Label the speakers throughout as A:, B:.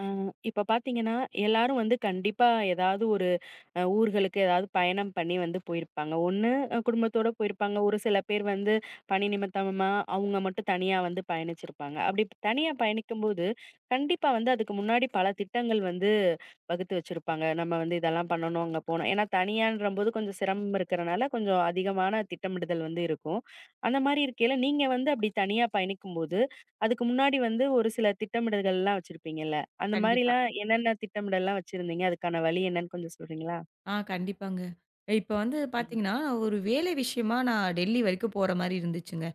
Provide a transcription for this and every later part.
A: அ இப்ப பாத்தீங்கன்னா, எல்லாரும் வந்து கண்டிப்பா ஏதாவது ஒரு ஊர்களுக்கு ஏதாவது பயணம் பண்ணி வந்து போயிருப்பாங்க. ஒண்ணு குடும்பத்தோட போயிருப்பாங்க. ஒரு சில பேர் வந்து பணி நிமித்தமா அவங்க மட்டும் தனியா வந்து பயணிச்சிருப்பாங்க. அப்படி தனியா பயணிக்கும்போது, கண்டிப்பா வந்து அதுக்கு முன்னாடி பல திட்டங்கள் வந்து வகுத்து வச்சிருப்பாங்க. நம்ம வந்து இதெல்லாம் பண்ணணும், அங்க போணும். ஏன்னா தனியான்றம்போது கொஞ்சம் சிரமம் இருக்கிறனால கொஞ்சம் அதிகமான திட்டமிடுதல் வந்து இருக்கும். அந்த மாரி இருக்கையில நீங்க வந்து அப்படி தனியா பயணிக்கும்போது, அதுக்கு முன்னாடி வந்து ஒரு சில திட்டமிடல்கள்லாம் வச்சிருப்பீங்கல்ல? அந்த
B: கண்டிப்பா.
A: மாரிலாம் என்னென்ன திட்டமிடல்லாம் வச்சிருந்தீங்க? அதுக்கான வழி என்னன்னு கொஞ்சம் சொல்றீங்களா?
B: ஆ கண்டிப்பாங்க. இப்ப வந்து
A: ம்.
B: பார்த்தீங்கன்னா, ஒரு வேலை விஷயமா நான் டெல்லி வரைக்கும் போற மாரி இருந்துச்சுங்க.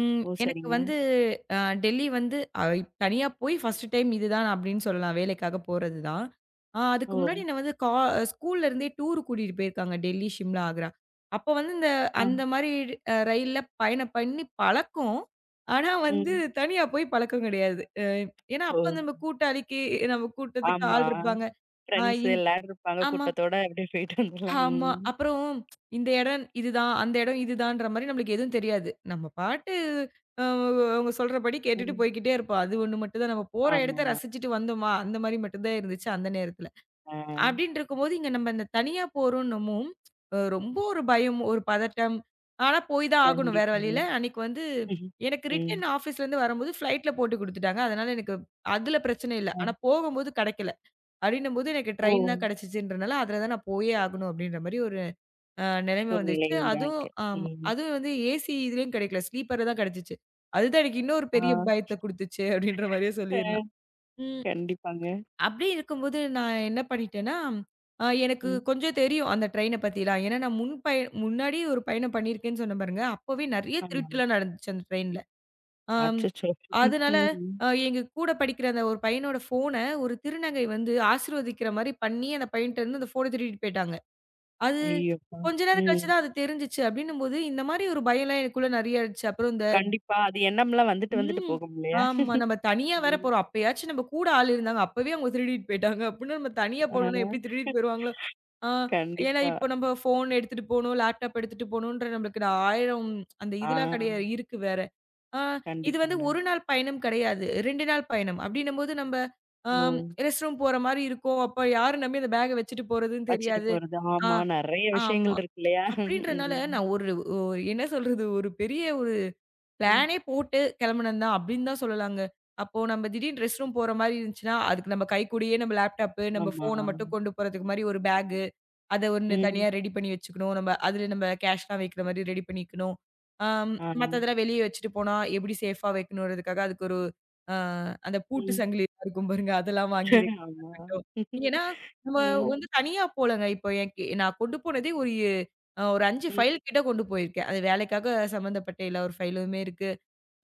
B: ம்
A: ஓ!
B: எனக்கு
A: சரிங்க.
B: வந்து அ டெல்லி வந்து தனியா போய் ஃபர்ஸ்ட் டைம் இதுதான் அப்படின்னு சொல்லலாம். வேலைக்காக போறது தான். ஆ அதுக்கு
A: ஓ!
B: முன்னாடி நான் வந்து ஸ்கூல்ல இருந்தே டூர் கூட்டிட்டு போயிருக்காங்க. டெல்லி, ஷிம்லா, ஆக்ரா. அப்ப வந்து இந்த
A: ஆ.
B: அந்த மாரி ரயில்ல பயணம் பண்ணி பழக்கம். ஆனா வந்து
A: ம்.
B: தனியா போய் பழக்கம் கிடையாது. ஏன்னா
A: ஓ!
B: அப்ப நம்ம கூட்டாளிக்கு நம்ம கூட்டத்துக்கு
A: ஆமா.
B: ஆள் இருப்பாங்க. ஆ
A: ஃப்ரெண்ட்ஸ்
B: இந்
A: எல்லாரும் இருப்பாங்க.
B: ஆமா.
A: கூட்டத்தோட அப்படியே போயிட்டு வந்துடலாம்.
B: ஆமா.
A: ம்.
B: அப்புறம் இந்த இடம் இதுதான், அந்த இடம் இதுதான்ற மாரி நம்மளுக்கு எதுவும் தெரியாது. நம்ம பாட்டு அ அவங்க சொல்றபடி கேட்டுட்டு
A: ம்.
B: போய்க்கிட்டே இருப்போம். அது ஒண்ணு மட்டும் தான் நம்ம போற
A: ஆமா.
B: இடத்த ரசிச்சுட்டு வந்தோமா, அந்த மாரி மட்டும் தான் இருந்துச்சு அந்த நேரத்துல.
A: ஆ.
B: அப்டின்னு இருக்கும்போது, இங்க நம்ம இந்த தனியா போறோம்னமும், ரொம்ப ஒரு பயம், ஒரு பதட்டம். ஆனா போய் தான் ஆகணும் வேற
A: கண்டிப்பாங்க.
B: வழியில. அன்னைக்கு வந்து எனக்கு
A: ம்.
B: ரிட்டர்ன் ஆஃபீஸ்லேருந்து வரும்போது ஃப்ளைட்ல போட்டு குடுத்துட்டாங்க. அதனால எனக்கு அதுல பிரச்சனை இல்ல.
A: அ.
B: ஆனா போகும்போது கெடைக்கல. அப்டின்னும்போது எனக்கு
A: ஓ!
B: ட்ரெயின் தான் கெடைச்சுச்சுன்றனால, அதுல தான் நான் போயே ஆகணும் அப்டின்ற மாரி ஒரு நிலைமை
A: சூழ்நிலை
B: வந்துச்சு. அதுவும்
A: உண்டாயிருக்கு.
B: ஆமா.
A: ம்.
B: அதுவும் வந்து ஏசி இதுலயும் கிடைக்கல. ஸ்லீப்பர்ல தான் கிடைச்சுச்சு. அதுதான் எனக்கு இன்னொரு
A: ஆ.
B: பெரிய பயத்த குடுத்துச்சு அப்படின்ற மாரியே
A: அ
B: சொல்லிரலாம். ம்.
A: கண்டிப்பாங்க.
B: அப்படி இருக்கும்போது நான் என்ன பண்ணிட்டேன்னா, எனக்கு
A: ம்.
B: கொஞ்சம் தெரியும் அந்த ட்ரெயின பத்திலாம். ஏன்னா நான் முன்னாடி ஒரு பயணம் பண்ணியிருக்கேன்னு சொன்னேன் பாருங்க. அப்பவே நெறைய
A: ஆமாங்க.
B: திருட்டுலாம் நடந்துச்சு அந்த ட்ரெயின்ல. ஆம்.
A: அச்சச்சோ!
B: அதனால
A: ம்.
B: எங்க கூட படிக்கிற அந்த ஒரு பையனோட ஃபோன ஒரு திருநங்கை வந்து ஆசீர்வதிக்கிற மாரி பண்ணி அந்த பையன்ட்ட இருந்து அந்த ஃபோன திருடிட்டு போயிட்டாங்க. அது
A: ஐயோப்பா!
B: கொஞ்ச நேரம்
A: ம்.
B: கழிச்சு தான் அது தெரிஞ்சுச்சு. அப்படின்னும்போது, இந்த மாரி ஒரு பயம்லாம் எனக்குள்ள நெறைய இருந்துச்சு. அப்புறம் இந்த
A: கண்டிப்பா. அது எண்ணம்லாம் வந்துட்டு வந்துட்டு
B: ம்.
A: போகும் இல்லையா?
B: ஆமா. நம்ம தனியா வேற
A: ம்.
B: போறோம். அப்பயாச்சும் நம்ம கூட ஆள் இருந்தாங்க. அப்பவே அவங்க திருடிட்டு போயிட்டாங்க. அப்டின்னா நம்ம தனியா போனோம்னா எப்படி
A: ஆ.
B: திருடிட்டு போயிருவாங்களோ? ஆ ஏன்னா
A: கண்டிப்பா.
B: இப்போ நம்ம ஃபோன் எடுத்துட்டு போணும், லேப்டாப் எடுத்துட்டு போணுன்ற நம்மளுக்கு 1000 அந்த
A: ஆ.
B: இதெல்லாம் கிடையாது. இருக்கு வேற. ஆ இது வந்து
A: கண்டிப்பாங்க.
B: 1 நாள் பயணம் கிடையாது. 2 நாள் பயணம். அப்படின்னும்போது நம்ம
A: ஓ!
B: ஆம் ரெஸ்ட் ரூம் போற மாரி இருக்கும். அப்ப யார நம்பி அந்த பேக்க வச்சுட்டு போறதுன்னு
A: வச்சுட்டு
B: தெரியாது.
A: போறது.
B: ஆ
A: ஆமா. நெறைய விஷயங்கள்
B: ஆமா.
A: இருக்கு இல்லையா?
B: அப்படின்றனால
A: ம்.
B: நான் ஒரு ஒ என்ன சொல்றது? ஒரு பெரிய ஒரு
A: ம்.
B: பிளானே போட்டு கிளம்புனது தான் அப்படின்னு தான் சொல்லலாங்க. அப்போ நம்ம திடீர்னு ரெஸ்ட் ரூம் போற மாரி இருந்துச்சுன்னா, அதுக்கு நம்ம கைக்கூடயே நம்ம லேப்டாப்பு, நம்ம
A: ஆமா.
B: ஃபோன மட்டும் கொண்டு போறதுக்கு மாரி ஒரு பேகு. அத ஒண்ணு
A: ம்.
B: தனியா ரெடி பண்ணி வச்சுக்கணும். நம்ம அதுல நம்ம கேஷ்லாம் வைக்கிற மாரி ரெடி பண்ணிக்கணும். ஆம்
A: ஆ.
B: மத்ததெல்லாம் வெளிய வச்சுட்டு போனா எப்படி சேஃபா வைக்கணும்ன்றதுக்காக அதுக்கு ஒரு அ அந்த பூட்டு
A: ம்.
B: சங்கிலிலாம் இருக்கும் பாருங்க. அதெல்லாம் வாங்கி வைக்கிறதா
A: ஆமா.
B: இருக்கட்டும். ஏன்னா, நம்ம
A: ம்.
B: வந்து தனியா போலங்க. இப்போ எனக்கு நான் கொண்டு போனதே ஒரு ஒரு 5
A: ம்.
B: ஃபைல் கிட்ட கொண்டு போயிருக்கேன். அது வேலைக்காக சம்மந்தப்பட்ட எல்லா ஒரு ஃபைலுமே இருக்கு.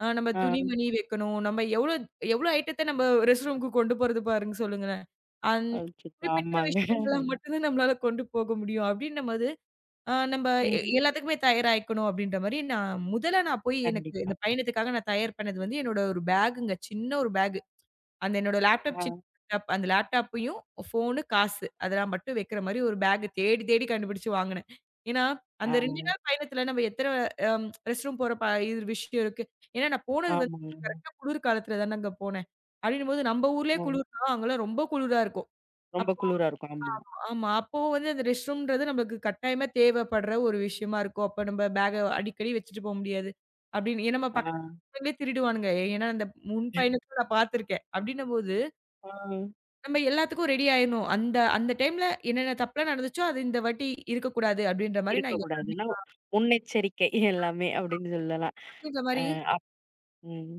B: ஆ நம்ம
A: ஆ.
B: துணிமணி வைக்கணும். நம்ம எவ்ளோ எவ்ளோ ஐட்டத்த நம்ம ரெஸ்ட் ரூம்க்கு கொண்டு போறது பாருங்க சொல்லுங்களேன். அந்
A: அச்சச்சோ!
B: குறிப்பிட்ட
A: ஆமாங்க.
B: விஷயங்கள மட்டும் தான் நம்மளால கொண்டு போக முடியும். அப்டின்னும்போது, ஆ நம்ம
A: ம்.
B: எல்லாத்துக்குமே தயாராயிக்கணும் அப்டின்ற மாரி நான் முதல்ல நான் போய் எனக்கு
A: கண்டிப்பா.
B: இந்த பயணத்துக்காக நான் தயார் பண்ணது வந்து என்னோட ஒரு பேக்குங்க. சின்ன ஒரு பேக். அந்த என்னோட லேப்டாப்
A: ஆ.
B: சின்ன லேப்டாப் அந்த லேப்டாப்பையும், ஃபோனு, காசு அதெல்லாம் மட்டும் வைக்கிற மாரி ஒரு பேக் தேடி தேடி கண்டுபிடிச்சு வாங்குனேன். ஏன்னா,
A: ஆ.
B: அந்த 2 நாள் பயணத்துல நம்ம எத்தன ரெஸ்ட் ரூம் போற இது விஷயம் இருக்கு. ஏன்னா நான் போனது வந்து
A: ஆமாங்க.
B: கரெக்ட்டா குளிர் காலத்துல தானங்க போனேன். அப்படின்னும்போது நம்ம ஊர்லயே
A: ம்.
B: குளிர்னா அங்கலாம் ரொம்ப குளிரா இருக்கும்.
A: ரொம்ப
B: அப்போ
A: குளிரா இருக்கும். ஆமா.
B: ஆமா. அப்போ வந்து அந்த ரெஸ்ட் ரூம்ன்றது நம்மளுக்கு கட்டாயமா தேவைப்படுற ஒரு விஷயமா இருக்கும். அப்ப நம்ம பேக்க அடிக்கடி வச்சுட்டு போ முடியாது. அப்படின்னு ஏன்னா நம்ம
A: ஆ.
B: பக்கத்துலயே திருடுவானுங்க. ஏன்னா அந்த முன் பயணத்துல நான் பார்த்துருக்கேன். அப்படின்னும்போது
A: ஆ.
B: நம்ம எல்லாத்துக்கும் ரெடி ஆயிரணும். அந்த அந்த டைம்ல என்னென்ன தப்புலாம் நடந்துச்சோ, அது இந்த வாட்டி இருக்கக்கூடாது அப்டின்ற மாரி நான் எல்லாமே
A: இருக்கக்கூடாதுன்னா, முன்னெச்சரிக்கை எல்லாமே அப்படின்னு சொல்லலாம்.
B: அப்டின்ற
A: அ
B: மாரி
A: அப் ம்.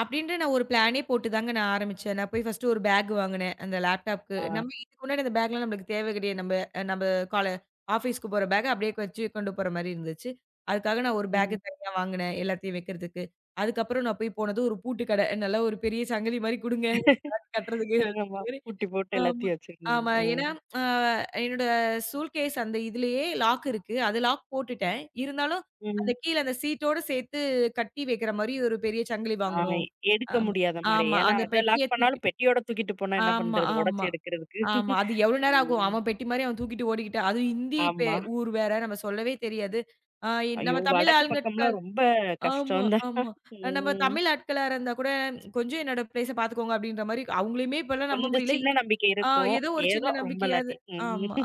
B: அப்டின்ற நான் ஒரு பிளானே போட்டு தாங்க நான் ஆரம்பிச்சேன். நான் போய் ஃபர்ஸ்ட்டு ஒரு பேக் வாங்குனேன். அந்த லேப்டாப்க்கு.
A: ஆ.
B: நம்ம இதுக்கு முன்னாடி அந்த பேக்லாம் நம்மளுக்கு தேவை கிடையாது. நம்ம நம்ம கால ஆஃபீஸ்க்கு போற பேக்க அப்டியே வச்சு கொண்டு போற மாரி இருந்துச்சு. அதுக்காக நான் ஒரு பேக்
A: ம்.
B: தனியா வாங்குனேன். எல்லாத்தையும் வைக்கிறதுக்கு. அதுக்கப்புறம் நான் போய் போனது ஒரு பூட்டு கடை. நல்லா ஒரு பெரிய சங்கிலி மாரி குடுங்க. பேக் கட்டுறதுக்கு
A: ஆமா. பூட்டி போட்டு
B: ஆமா.
A: எல்லாத்தையும் வச்சிருக்கணும்.
B: ஆமா. ஏன்னா,
A: ம்.
B: அ என்னோட சூல்கேஸ் அந்த இதுலயே லாக் இருக்கு. அது லாக் போட்டுட்டேன். இருந்தாலும், அந்த
A: ம்.
B: கீழ அந்த சீட்டோட சேர்த்து கட்டி வைக்கிற மாரி ஒரு பெரிய சங்கிலி
A: ஆ
B: வாங்கணும்.
A: எடுக்க
B: ஆமா,
A: முடியாத மாரி.
B: ஆமா.
A: ஏன்னா,
B: அந்த
A: அத
B: பெட்டிய
A: லாக்
B: தூக்கி
A: பண்ணாலும் பெட்டியோட தூக்கிட்டு போனா என்ன
B: ஆமா,
A: பண்றது? உடைச்சு
B: ஆமா,
A: எடுக்கிறதுக்கு.
B: ஆமா. அது எவ்வளோ நேரம் ஆகும்?
A: ம்.
B: அவன் பெட்டி மாரி அவன் தூக்கிட்டு ஓடிக்கிட்டான். அதுவும் ஹிந்தி பெ
A: ஆமா.
B: ஊர் வேற. நம்ம சொல்லவே தெரியாது. ஆ
A: ஐயோ!
B: நம்ம தமிழ்
A: வடக்கு பக்கம்லாம்
B: ஆளுங்கட்கள்
A: ரொம்ப
B: ஆமா,
A: கஷ்டம் தான்.
B: ஆமா. நம்ம
A: ம்.
B: தமிழ் ஆட்களா இருந்தா கூட, "கொஞ்சம் என்னோட பிளேஸ பார்த்துக்கோங்க" அப்படின்ற மாரி அவங்களையுமே இப்பலாம் நம்ப
A: கொஞ்சம்
B: முடியல.
A: சின்ன நம்பிக்கை
B: ஆ
A: இருக்கும்.
B: ஏதோ ஒரு
A: ஏதோ
B: சின்ன
A: ரொம்ப
B: நம்பிக்கையாவது
A: இல்லாட்டி. ம்.
B: ஆமா.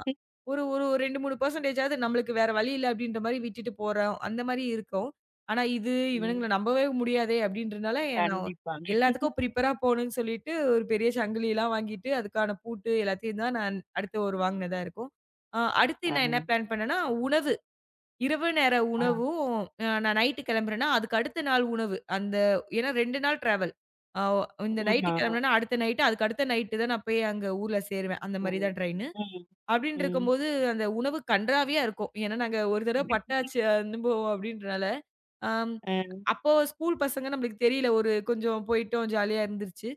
B: ஒரு ஒரு 2, 3% நம்மளுக்கு வேற வழி இல்ல அப்டின்ற மாரி விட்டுட்டு போறோம். அந்த மாரி இருக்கும். ஆனா இது
A: ம்.
B: இவனுங்கள நம்பவே முடியாதே அப்டின்றனால நான்
A: கண்டிப்பாங்க.
B: எல்லாத்துக்கும் ப்ரிப்பேரா போணும்னு சொல்லிட்டு ஒரு பெரிய சங்கிலிலாம் வாங்கிட்டு, அதுக்கான பூட்டு எல்லாத்தையும் தான் நான் அடுத்த ஒரு வாங்கினதா இருக்கும். அடுத்து
A: ஆ.
B: நான் என்ன பிளான் பண்ணேன்னா, உணவு இரவு நேர
A: ஆ.
B: உணவும் நான் நைட்டு கிளம்புறேன்னா, அதுக்கு அடுத்த நாள் உணவு. அந்த ஏன்னா 2 நாள் ட்ராவல். அ இந்த நைட்டு
A: ஆமா.
B: கிளம்புனேன்னா, அடுத்த நைட்டு அதுக்கு அடுத்த நைட்டு தான் நான் போய் அங்க ஊர்ல சேருவேன். அந்த மாரி
A: ம்.
B: தான் ட்ரெயினு.
A: ம்.
B: அப்டின்னு இருக்கும்போது, அந்த உணவு கண்றாவியா இருக்கும். ஏன்னா நாங்க ஒரு தடவ
A: ம்.
B: பட்டாச்சு அனுபவம் அப்டின்றனால, அம்
A: அ,
B: அப்போ ஸ்கூல் பசங்க நம்மளுக்கு தெரியல. ஒரு கொஞ்சம் போயிட்டோம் ஜாலியா இருந்துருச்சு.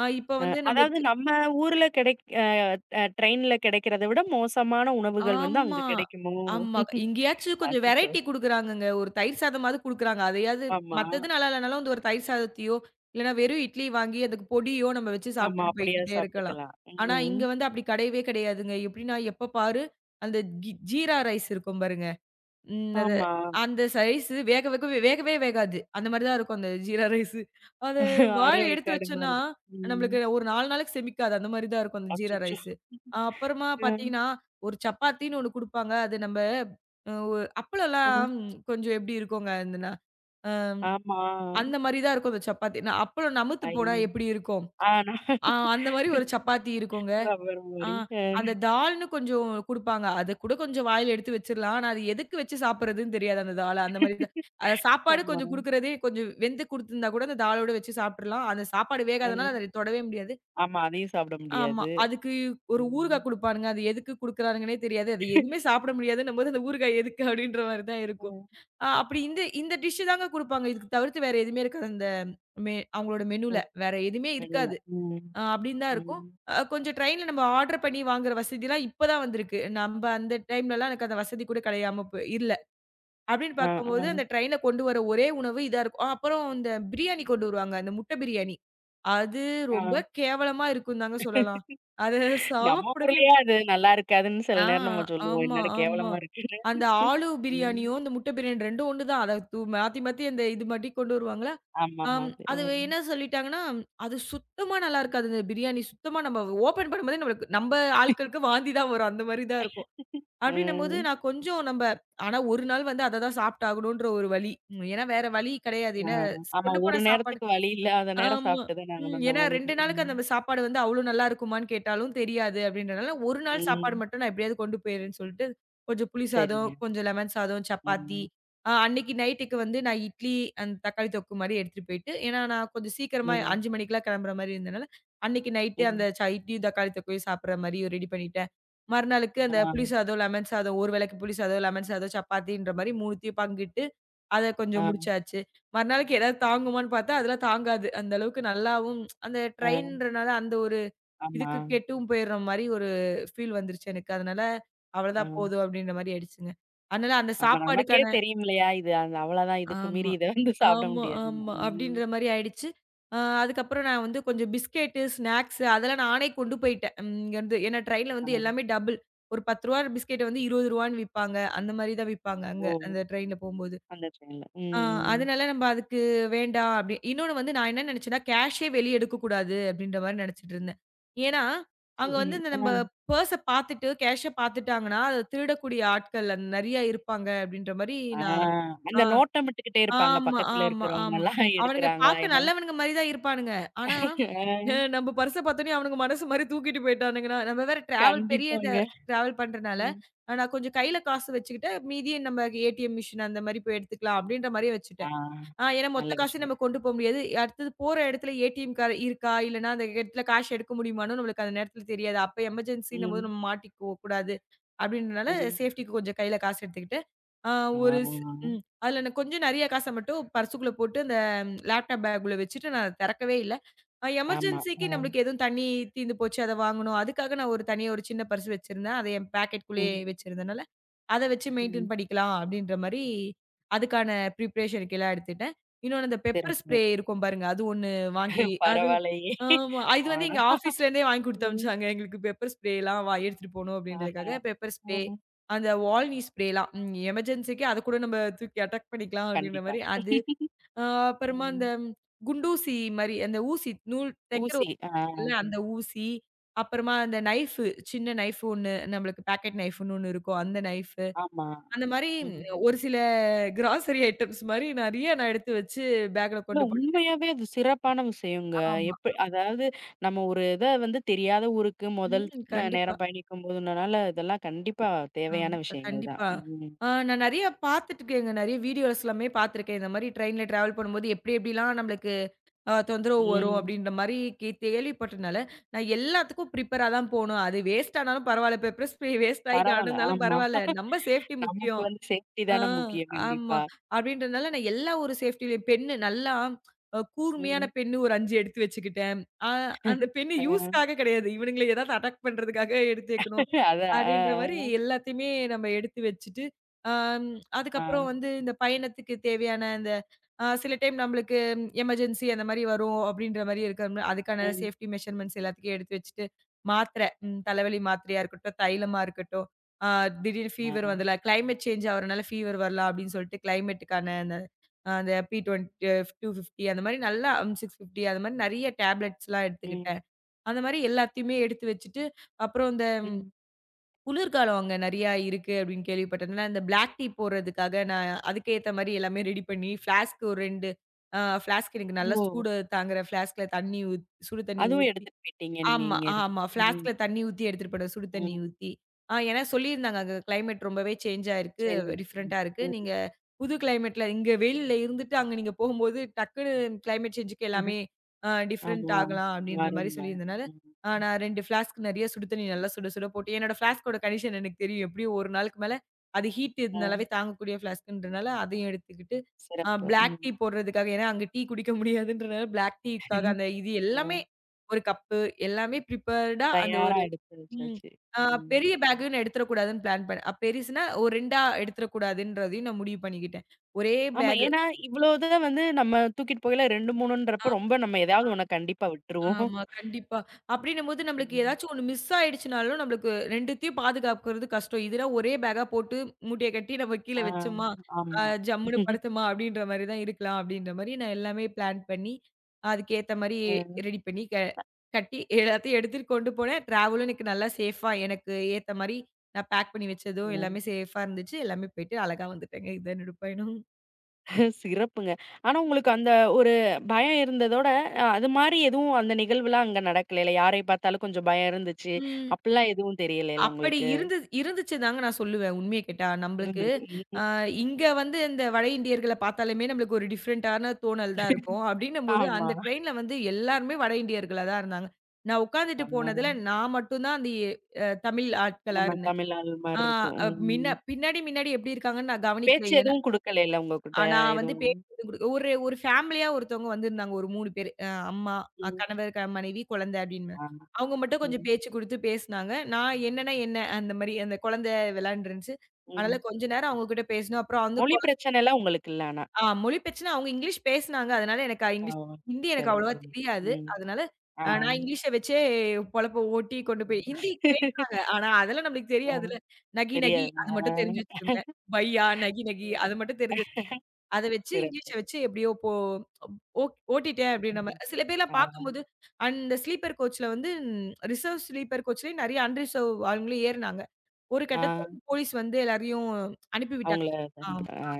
B: அ இப்ப
A: அ
B: வந்து நம்ப
A: அதாவது நம்ம ஊர்ல கிடைக் அ அ ட்ரெயின்ல கிடைக்கிறத விட மோசமான உணவுகள் வந்து அங்க
B: ஆமா,
A: கிடைக்குமோ?
B: ஆமா. எங்கேயாச்சும் கொஞ்சம்
A: அச்சச்சோ!
B: வெரைட்டி குடுக்குறாங்கங்க. ஒரு தயிர் சாதமாவது குடுக்குறாங்க. அதையாவது
A: ஆமா.
B: மத்தது நல்லா இல்லனாலும் வந்து ஒரு தயிர் சாதத்தையோ, இல்லன்னா வெறும் இட்லி வாங்கி அதுக்கு பொடியோ நம்ம வச்சு
A: ஆமா.
B: சாப்பிட்டுட்டு
A: அப்படியா
B: போய்க்கிட்டே இருக்கலாம்.
A: சாப்பிட்டுக்கலாம்.
B: ஆனா,
A: ம்.
B: இங்க வந்து அப்படி கிடையவே கிடையாதுங்க. எப்படின்னா எப்ப பாரு அந்த ஜீரா ரைஸ் இருக்கும் பாருங்க. ம். அது
A: ஆமா.
B: அந்த ரைஸு வேகவே வேகாது. அந்த மாரி தான் இருக்கும் அந்த ஜீரா ரைஸு. அது வாழ எடுத்து
A: அரைவேக்காடு
B: வச்சோன்னா,
A: மாரி. ம்.
B: நம்மளுக்கு ஒரு 4 நாளைக்கு செமிக்காது. அந்த மாரி தான் இருக்கும் அந்த ஜீரா
A: அச்சச்சோ!
B: ரைஸு. அப்புறமா
A: அ,
B: பார்த்தீங்கன்னா, ஒரு சப்பாத்தின்னு ஒண்ணு குடுப்பாங்க. அது நம்ப அ ஒ
A: அ.
B: அப்பளம்லாம் கொஞ்சம் எப்டி இருக்குங்க
A: ஆமா.
B: அந்த மாரி தான் இருக்கும் அந்த சப்பாத்தி. அப்பளம் நமுத்து போனா
A: ஐயோ!
B: எப்டி இருக்கும்?
A: ஆனா
B: அந்த மாரி ஒரு சப்பாத்தி இருக்குங்க.
A: ரப்பர்
B: ஆ.
A: மாரி. அ.
B: அந்த தால்ன்னு கொஞ்சம் குடுப்பாங்க. அத கூட கொஞ்சம் வாயில எடுத்து வச்சிரலாம். ஆனா, அது எதுக்கு வச்சு சாப்பிடுறதுன்னு தெரியாது அந்த தால. அந்த மாரி தான். சாப்பாடு
A: ஆமா.
B: கொஞ்சம் குடுக்குறதே கொஞ்சம் வெந்து குடுத்துருந்தா கூட அந்த தாலோட வச்சு சாப்பிட்டுறலாம். அந்த சாப்பாடு வேகாதனால
A: அ.
B: அத தொடவே முடியாது.
A: ஆமா. அதையும் சாப்பிட
B: ஆமா.
A: முடியாது.
B: அதுக்கு ஒரு
A: ம்.
B: ஊறுகா குடுப்பானுங்க. அது எதுக்கு குடுக்குறானுங்கன்னே தெரியாது. அது எதுவுமே சாப்பிட முடியாதுன்னும்போது அந்த ஊறுகாய் எதுக்கு அப்டின்ற மாரி தான்
A: அ.
B: இருக்கும். அ அப்படி இந்த இந்த டிஷ் தாங்க குடுப்பாங்க. இதுக்கு தவிர்த்து வேற எதுவுமே இருக்காது. அந்த அவங்களோட
A: ஓ!
B: மெனுல. வேற எதுவுமே
A: நடுவுல.
B: இருக்காது.
A: ம்.
B: அப்படின்னு தான் இருக்கும்.
A: ம்.
B: கொஞ்சம் ட்ரெயின்ல நம்ம ஆர்டர் பண்ணி வாங்குற வசதிலாம் இப்ப தான் வந்திருக்கு. நம்ப அந்த டைம்லலாம் எனக்கு அந்த வசதி கூட கிடையாம போ இல்ல. அப்படின்னு
A: ஆ, ஆ,
B: பார்க்கும்போது, அந்த ட்ரெயின்ல கொண்டு வர ஒரே உணவு இதா இருக்கும். அப்புறம் இந்த பிரியாணி கொண்டு வருவாங்க. அந்த முட்டை பிரியாணி. அது
A: ஆ.
B: ரொம்ப கேவலமா இருக்கும்னு தாங்க சொல்லலாம். அத
A: நம்ம
B: சாப்பிடவே
A: ஊர்லயே அது நல்லா இருக்காதுன்னு சில
B: ஆ
A: நேரம் நம்ம சொல்லுவோம்.
B: ஆமா,
A: என்னடா
B: ஆமா.
A: கேவலமா இருக்குன்னு.
B: அந்த ஆலு
A: ம்.
B: பிரியாணியும், இந்த முட்டை பிரியாணி 2ம் ஒண்ணு தான். அத மாத்தி மாத்தி அந்த இது மாட்டி கொண்டு வருவாங்களா,
A: ஆமாமா.
B: ஆம்.
A: அது. அ.
B: அது என்ன சொல்லிட்டாங்கன்னா, அது சுத்தமா நல்லா இருக்காது. அந்த பிரியாணி சுத்தமா நம்ம ஓப்பன் பண்ணும்போதே நம்மளுக்கு நம்ப ஆட்களுக்கு வாந்தி தான் வரும். அந்த மாரி தான் இருக்கும்.
A: அ.
B: அப்டின்னும்போது நான் கொஞ்சம் நம்ப ஆனா 1 நாள் வந்து அத தான் சாப்ட்டாகணுன்ற ஒரு வழி. உம், ஏன்னா வேற வழி கிடையாது.
A: ஆ,
B: ஏன்னா
A: ஆமா.
B: கொண்டு
A: ஒரு
B: போன சாப்பாடு
A: நேரத்துக்கு வழி இல்லாத நேரம்
B: ஆமா.
A: சாப்பிட்டு தானே
B: ம்.
A: ஆகணும்
B: ஏன்னா
A: நம்ம இன்னைக்கு.
B: 2 நாளுக்கு
A: ம்.
B: அந்த சாப்பாடு வந்து அவ்ளோ நல்லா இருக்குமான்னு கேட்டாலும் தெரியாது அப்படின்றனால, 1 நாள் சாப்பாடு
A: ம்.
B: மட்டும் நான் எப்படியாவது கொண்டு போயிறேன்னு சொல்லிட்டு, கொஞ்சம் புளி சாதம்,
A: சரிங்க.
B: கொஞ்சம் லெமன் சாதம், சப்பாத்தி.
A: ம்.
B: அன்னைக்கு நைட்டுக்கு வந்து நான் இட்லி, அந்த தக்காளி தொக்கு மாரி எடுத்துட்டு போயிட்டு, ஏன்னா நான் கொஞ்சம் சீக்கிரமா
A: ம்.
B: 5 மணிக்கெல்லாம் கிளம்புற மாரி இருந்தனால, அன்னைக்கு நைட்டு அந்த
A: ம்.
B: இட்லியும் தக்காளி தொக்கையும் சாப்பிடுற மாரி ரெடி பண்ணிட்டேன். மறுநாளுக்கு
A: ஆ.
B: அந்த புளி சாதம், லெமன் சாதம், ஒரு வேளைக்கு புளி சாதம், லெமன் சாதம், சப்பாத்தின்ற மாரி 3த்தையும் பங்கிட்டு அத
A: ஆ.
B: கொஞ்சம் முடிச்சாச்சு. மறுநாளைக்கு ஏதாவது தாங்குமான்னு பார்த்தா, அதெல்லாம் தாங்காது. அந்த அளவுக்கு நல்லாவும் அந்த
A: ஆ.
B: ட்ரெயின்றனால அந்த ஒரு
A: ஆமா.
B: இதுக்கு கெட்டும் போயிடுற மாரி ஒரு ஃபீல் வந்துருச்சு எனக்கு. அதனால
A: ஆ.
B: அவ்வளதான் போதும் அப்டின்ற மாரி ஆயிடுச்சுங்க. அதனால அந்த
A: ஆமா. நமக்கே
B: சாப்பாடுக்கான
A: தெரியும் இல்லையா? இது அந்த அவ்வளதான். இதுக்கு மீறி
B: ஆமா.
A: இத வந்து சாப்பிட
B: ஆமா,
A: முடியாதுன்னு.
B: ஆமா.
A: ம்.
B: அப்டின்ற மாரி ஆயிடுச்சு. அதுக்கப்புறம் நான் வந்து கொஞ்சம் பிஸ்கெட்டு, ஸ்நாக்ஸு அதெல்லாம் நானே கொண்டு போயிட்டேன். ம் இங்கருந்து. ஏன்னா ட்ரெயின்ல
A: ஆ.
B: வந்து எல்லாமே டபுள். ஒரு ரூ. 10 பிஸ்கெட்ட வந்து ரூ. 20 விப்பாங்க. அந்த மாரி தான் விப்பாங்க அங்க
A: ஓ!
B: அந்த ட்ரெயின்ல போம்போது.
A: அந்த ட்ரெயின்ல.
B: ஆ
A: ம். ம்.
B: அதனால நம்ம அதுக்கு வேண்டாம் அப்படி. இன்னொன்னு வந்து நான் என்ன நினைச்சேன்னா, கேஷே வெளிய எடுக்கக்கூடாது அப்படின்ற மாரி நெனைச்சுட்டு இருந்தேன். ஏன்னா, அங்க
A: சரி.
B: வந்து இந்த
A: ஆ.
B: நம்ம பர்ஸ பார்த்துட்டு, கேஷ பார்த்துட்டாங்கன்னா, அத திருடக்கூடிய ஆட்கள் நெறைய இருப்பாங்க அப்படின்ற மாரி
A: ஆ.
B: நான்
A: அந்த
B: ஆ
A: நோட்டம் விட்டுக்கிட்டே இருப்பாங்க.
B: ஆமா,
A: பக்கத்துல
B: ஆமா, ஆமா.
A: இருக்கிறவங்கலாம்
B: அவனுங்க
A: எடுக்குறாங்களா
B: பார்க்க நல்லவனுங்க மாரி தான் இருப்பானுங்க. ஆனா,
A: என்னன்னு. ஆ.
B: நம்ம பர்ஸ பார்த்தோனே அவனுங்க மனசு மாரி தூக்கிட்டு போயிட்டானுங்கன்னா, நம்ம வேற டிராவல் பெரிய
A: கண்டிப்பாங்க.
B: டிராவல் பண்றனால,
A: ம்.
B: நான் கொஞ்சம் கையில காசு வச்சுக்கிட்டு, மீதிய நம்ம ஏடிஎம் மிஷின் அந்த மாரி போய் எடுத்துக்கலாம் அப்படின்ற மாரியே
A: ஆ.
B: வச்சுட்டேன். ஆ ஏன்னா மொத்த
A: நல்ல
B: காசையும்
A: விஷயம்.
B: நம்ம கொண்டு போ முடியாது. அடுத்தது போற இடத்துல ஏடிஎம் கார்டு இருக்கா? இல்லன்னா அந்த இடத்துல காசு எடுக்க முடியுமான்னு நம்மளுக்கு அந்த நேரத்துல தெரியாது. அப்ப எமர்ஜென்சின்னும் போது
A: ம்.
B: நம்ம மாட்டிக்க கூடாது. அப்படின்றனால
A: ம்.
B: சேஃப்டிக்கு கொஞ்சம் கையில காசு எடுத்துக்கிட்டு, ஆ
A: ஆ.
B: ஒரு ஸ் ம். அதுல நான் கொஞ்சம் நெறைய காச மட்டும் பர்ஸுக்குள்ள போட்டு அந்த லேப்டாப் பேக்குள்ள வச்சுட்டு நான் அதை திறக்கவே இல்ல.
A: ஆமா.
B: எமர்ஜென்சிக்கு
A: ஆ.
B: நம்மளுக்கு எதுவும் தண்ணி தீர்ந்து போச்சு அத வாங்கணும். அதுக்காக நான் ஒரு தனியா ஒரு சின்ன பர்ஸ் வச்சிருந்தேன். அத என் பாக்கெட்குள்ளேயே
A: ம்.
B: வச்சிருந்தனால, அத வச்சு
A: ம்.
B: மெயின்டெயின் பண்ணிக்கலாம் அப்படின்ற மாரி, அதுக்கான ப்ரிப்பரேஷனுக்கு எல்லாம் எடுத்துட்டேன். இன்னொன்னு அந்த பெப்பர்
A: சிறப்பு.
B: ஸ்ப்ரே இருக்கும் பாருங்க. அது ஒண்ணு வாங்கி அது
A: பரவாயில்லையே!
B: ஆமா. இது வந்து
A: ஆனா
B: எங்க ஆஃபீஸ்ல இருந்தே வாங்கி குடுத்து
A: ம்.
B: அனுப்பிச்சாங்க. எங்களுக்கு பெப்பர் ஸ்ப்ரேலாம் வா எடுத்துட்டு போணும்
A: ஆஹா!
B: அப்டின்றதுக்காக பெப்பர் ஸ்ப்ரே,
A: ம்.
B: அந்த வால்னி ஸ்ப்ரேலாம். ம் எமர்ஜென்சிக்கு அத கூட நம்ம தூக்கி அட்டாக் பண்ணிக்கலாம் அப்டின்ற
A: கண்டிப்பா.
B: மாரி அது. அ அப்புறமா அந்த
A: ம்.
B: குண்டூசி மாரி அந்த ஊசி நூல் தைக்கிற
A: ஊசி.
B: ஊசி
A: ஆ.
B: இருக்குல்ல அந்த ஊசி. அப்புறமா அந்த நைஃபு சின்ன நைஃப் ஒண்ணு நம்மளுக்கு பாக்கெட் நைஃப்ன்னு ஒண்ணு இருக்கும். அந்த நைஃப்.
A: ஆமா.
B: அந்த மாரி
A: ம்.
B: ஒரு சில கிராசரி ஐட்டம்ஸ் மாரி நெறைய நான் எடுத்து வச்சு பேக்ல
A: இல்ல
B: கொண்டு போனேன்.
A: உண்மையாவே அது சிறப்பான விஷயங்க.
B: ஆமா.
A: எப்ப அதாவது நம்ம ஒரு இத வந்து தெரியாத ஊருக்கு முதல்
B: ம். கண்டிப்பா.
A: நேரம் பயணிக்கும்போதுனால இதெல்லாம் கண்டிப்பா
B: ஆமா.
A: தேவையான விஷயங்கள் தான்.
B: கண்டிப்பா.
A: ம்.
B: நான் நெறைய பார்த்துட்டுருக்கேங்க. நெறைய வீடியோஸ் எல்லாமே பார்த்துருக்கேன். இந்த மாரி ட்ரெயின்ல டிராவல் பண்ணும்போது எப்டி எப்டிலாம் நம்மளுக்கு தொந்தரவு வரும்
A: ம்.
B: அப்டின்ற மாரி கேள்விப்பட்டனால, நான் எல்லாத்துக்கும் ப்ரிப்பேரா தான் போணும். அது வேஸ்ட் ஆனாலும் பரவால்ல. பெப்பர் ஸ்ப்ரே வேஸ்ட் ஆகி
A: பரவால்ல.
B: கடந்தாலும்
A: ஆமா.
B: பரவால்ல. நம்ம சேஃப்டி
A: நமக்கு
B: முக்கியம்.
A: வந்து சேஃப்டி
B: ஆ,
A: தான முக்கியம்.
B: ஆமா.
A: கண்டிப்பா.
B: அப்படின்றதுனால நான் எல்லா ஒரு சேஃப்டிலயும் பென்னு நல்லா கூர்மையான
A: ம்.
B: பென்னு ஒரு 5 எடுத்து வச்சுக்கிட்டேன். அ அந்த பென்னு
A: ஆ.
B: யூஸ்க்காக கிடையாது. இவனுங்கள ஏதாவது அட்டாக் பண்றதுக்காக எடுத்து வைக்கணும்.
A: இல்ல
B: அப்படின்ற மாரி
A: அதான்.
B: எல்லாத்தையுமே நம்ம எடுத்து வச்சுட்டு, அம்
A: ஆ, ஆ, ஆ.
B: அதுக்கப்புறம் வந்து இந்த பயணத்துக்கு தேவையான அந்த சில டைம் நம்மளுக்கு எமர்ஜென்சி அந்த மாரி வரும் அப்படின்ற மாரி இருக்கம்ல, அதுக்கான
A: ம்.
B: சேஃப்டி மெஷர்மென்ட்ஸ் எல்லாத்துக்கும் எடுத்து வச்சுட்டு, மாத்திரை ம் தலைவலி மாத்திரையா இருக்கட்டும், தைலமா இருக்கட்டும். ஆ திடீர்னு
A: ஆ.
B: ஃபீவர் வந்துல கிளைமேட் சேஞ்ச் ஆவறனால ஃபீவர் வரலாம் அப்படின்னு சொல்லிட்டு கிளைமேட்டுக்கான அந்த அந்த P20, 250 அந்த மாரி நல்லா 650 அது மாரி நெறைய டேப்லெட்ஸ்லாம்
A: ம்.
B: எடுத்துக்கிட்டேன். அந்த மாரி எல்லாத்தையுமே எடுத்து வச்சுட்டு, அப்புறம் இந்த
A: ம்.
B: குளிர்காலம் அங்க நெறையா இருக்கு அப்படின்னு கேள்விப்பட்டதுனால, இந்த பிளாக் டீ போடுறதுக்காக நான் அதுக்கு ஏத்த மாரி எல்லாமே ரெடி பண்ணி ஃப்ளாஸ்க் ஒரு 2 ஃப்ளாஸ்க் எனக்கு நல்லா
A: ஓ!
B: சூடு தாங்குற ஃப்ளாஸ்க்ல தண்ணி சுடு தண்ணி
A: அதுவும்
B: ஊத்தி.
A: எடுத்துட்டு போயிட்டீங்க நீங்க
B: ஆமா,
A: இங்க இருந்து.
B: ஆமா.
A: ம்.
B: ஃப்ளாஸ்க்ல தண்ணி ஊத்தி எடுத்துட்டு போனேன். சுடு தண்ணி
A: ம்.
B: ஊத்தி. ஏன்னா சொல்லியிருந்தாங்க, அங்க கிளைமேட் ரொம்பவே சேஞ்ச் ஆயிருக்கு.
A: சரி. வளர்க்கணும்.
B: டிஃபரண்டா இருக்கு.
A: ம்.
B: நீங்க புது கிளைமேட்ல இங்க வெயில்ல இருந்துட்டு அங்க நீங்க போகும்போது டக்குனு கிளைமேட் சேஞ்சுக்கு எல்லாமே
A: ம்.
B: டிஃபரண்ட்
A: ஆமா.
B: ஆகலாம் அப்படின்ற மாரி
A: வரும்ல.
B: சொல்லியிருந்தனால,
A: ம். ம்.
B: நான் 2 ஃப்ளாஸ்க் நெறைய சுடு தண்ணி நல்லா சுட சுட போட்டு என்னோட ஃப்ளாஸ்க்கோட கண்டிஷன் எனக்கு தெரியும். எப்படியும் 1 நாளுக்கு மேல அது ஹீட்
A: ஆ.
B: இதனாலவே தாங்கக்கூடிய ஃப்ளாஸ்க்ன்றனால அதையும் எடுத்துக்கிட்டு,
A: சிறப்பு.
B: பிளாக்
A: ம்.
B: டீ போடுறதுக்காக ஏன்னா அங்க டீ குடிக்க முடியாதுன்றனால பிளாக் டீக்காக அந்த இது
A: ஆ.
B: எல்லாமே ஒரு கப்பு எல்லாமே ப்ரிப்பேர்டா அந்த
A: தயாரா
B: ஒரு
A: எடுத்து
B: ம்.
A: வச்சாச்சு.
B: ஆ
A: ம்.
B: பெரிய பேக்குன்னு எடுத்துறக்கூடாதுன்னு பிளான் பண்ணேன். பெருசுனா ஒரு 2ஆ எடுத்துறக்கூடாதுன்றதையும் நான் முடிவு பண்ணிக்கிட்டேன். ஒரே
A: ஆமா.
B: பேகு.
A: ஏன்னா, இவ்ளோ இத வந்து நம்ம தூக்கிட்டு போகையில 2, 3ன்றப்ப ரொம்ப நம்ம எதாவது ஒண்ண கண்டிப்பா விட்டுருவோம்.
B: ஆமா, கண்டிப்பா. அப்படின்னும்போது நம்மளுக்கு
A: ம்.
B: ஏதாச்சும் ஒண்ணு மிஸ் ஆயிடுச்சுனாலும், நம்மளுக்கு 2த்தையும் பாதுகாக்கிறது கஷ்டம். இதுனா ஒரே பேக்கா போட்டு மூட்டைய கட்டி நம்ம கீழ
A: ஆ.
B: வச்சோமா,
A: ஆமா.
B: ஜம்முன்னு படுத்தோமா அப்படின்ற மாரி தான் இருக்கலாம் அப்படின்ற மாரி நான் எல்லாமே பிளான் பண்ணி, அதுக்கேத்த மாரி
A: அ.
B: ரெடி பண்ணி கட்டி எல்லாத்தையும் எடுத்துட்டு கொண்டு போனேன். டிராவலும் எனக்கு நல்லா சேஃபா எனக்கு ஏத்த மாரி நான் பேக் பண்ணி வச்சதும்
A: அ.
B: எல்லாமே சேஃபா இருந்துச்சு. எல்லாமே போயிட்டு அழகா வந்துட்டேங்க. இதான் என்னோட பயணம்.
A: சிறப்புங்க. ஆனா உங்களுக்கு அந்த ஒரு பயம் இருந்ததோட, அது மாரி எதுவும் அந்த நிகழ்வுலாம் அங்க நடக்கலைல? யாரை பார்த்தாலும் கொஞ்சம் பயம் இருந்துச்சு.
B: ம்.
A: அப்டிலாம் எதுவும் தெரியலைல
B: அப்படி
A: உங்களுக்கு?
B: இருந்து இருந்துச்சு தாங்க நான் சொல்லுவேன். உண்மைய கேட்டா. நம்பளுக்கு
A: இருந்தது.
B: அ
A: ம்.
B: இங்க வந்து இந்த வட இந்தியர்கள பார்த்தாலுமே நம்மளுக்கு ஒரு டிஃபரண்டான தோணல் தான் இருக்கும். அப்படின்னும்போது
A: ஆமா.
B: அந்த ட்ரெயின்ல வந்து எல்லாருமே வட இந்தியர்களா தான் இருந்தாங்க. நான்
A: ஆ
B: உட்காந்துட்டு போனதுல நான் மட்டும் தான் அந்த தமிழ் ஆட்களா
A: நம்ம
B: இருந்தேன்.
A: தமிழ் ஆள்
B: ஆ
A: மாரி இருக்கும்.
B: மின்ன
A: ம்.
B: பின்னாடி, மின்னாடி எப்படி இருக்காங்கன்னு நான் கவனிக்கல.
A: பேச்சு
B: ஏன்னா
A: எதுவும் குடுக்கலைல உங்ககிட்ட
B: நான் வந்து
A: எதுவும்?
B: பேர் வந்து குடுக்க ஒரு ஒரு ஃபேமிலியா ஒருத்தவங்க வந்திருந்தாங்க. ஒரு 3 பேரு. அம்மா,
A: ம்.
B: கணவர், மனைவி, குழந்தை அப்படின்னு.
A: ஆமா.
B: அவங்க மட்டும்
A: ம்.
B: கொஞ்சம் பேச்சு குடுத்து பேசினாங்க. நான் என்னன்னா என்ன, அந்த மாரி அந்த குழந்தை விளையாண்டு இருந்துச்சு. அதனால
A: ம்.
B: கொஞ்ச நேரம் அவங்க கிட்ட பேசினோம். அப்புறம் வந்து
A: மொழி
B: கொழ
A: பிரச்சனைலாம் உங்களுக்கு இல்ல ஆனா?
B: ஆ மொழி பிரச்சனை அவங்க இங்கிலீஷ் பேசினாங்க. அதனால எனக்கு
A: ஓ!
B: இங்கிலீஷ் ஹிந்தி எனக்கு
A: சரி.
B: அவ்வளவா
A: சொல்லுங்க.
B: தெரியாது.
A: ம்.
B: அதனால
A: ஆ.
B: நான் இங்கிலீஷ வச்சே பொழப்ப ஓட்டி கொண்டு போய் ஹிந்தி பேசுனாங்க. ஆனா அதெல்லாம் நம்மளுக்கு
A: ஆ.
B: தெரியாதுல்ல. நகி நகி
A: தெரியாதுல.
B: அது மட்டும் தெரிஞ்சு
A: ஆ.
B: வச்சிருந்தேன். பையா, நகி நகி அது மட்டும் தெரிஞ்சு அத வச்சு இங்கிலீஷ
A: சிறப்பு.
B: வச்சு எப்படியோ போ ஓ ஓட்டிட்டேன் அப்படின்ற மாரி.
A: ம்.
B: சில பேர்லாம்
A: ஆ.
B: பார்க்கும்போது அந்த ஸ்லீப்பர் கோச்ல வந்து ரிசர்வ் ஸ்லீப்பர் கோச்லயே நெறைய அன்ரிசர்வ் ஆளுங்களும் ஏறுனாங்க. ஒரு
A: ஆ.
B: கட்டத்துல வந்து போலீஸ் வந்து எல்லாரையும் அனுப்பி விட்டாங்க.
A: அவங்கள
B: ஆம்.
A: அனுப்பிட்டா ஆ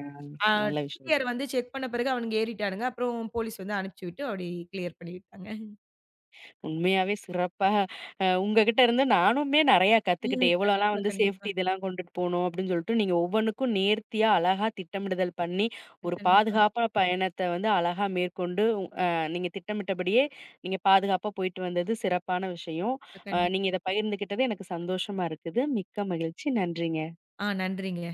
B: அ
A: நல்ல விஷயம்.
B: டிடிஆர் வந்து செக் பண்ண பிறகு அவனுங்க ஏறிட்டானுங்க. அப்புறம் போலீஸ் வந்து அனுப்பிச்சு விட்டு அப்படி கிளியர் பண்ணி விட்டாங்க. ம்.
A: உண்மையாவே சிறப்பா உங்ககிட்ட இருந்து நானுமே நெறையா கத்துக்கிட்டேன். எவ்வளோலாம்
B: கண்டிப்பா,
A: வந்து சேஃப்டி
B: கண்டிப்பா.
A: இதெல்லாம் கொண்டுட்டு போணும் அப்படின்னு சொல்லிட்டு, நீங்க ஒவ்வொன்னுக்கும் நேர்த்தியா, அழகா திட்டமிடுதல் பண்ணி, ஒரு
B: கண்டிப்பா,
A: பாதுகாப்பா பயணத்த வந்து அழகா மேற்கொண்டு, அ நீங்க திட்டமிட்டபடியே நீங்க பாதுகாப்பா போயிட்டு வந்தது சிறப்பான விஷயம்.
B: கண்டிப்பா.
A: நீங்க இத பகிர்ந்துக்கிட்டது எனக்கு சந்தோஷமா இருக்குது. மிக்க மகிழ்ச்சி. நன்றிங்க.
B: நன்றிங்க.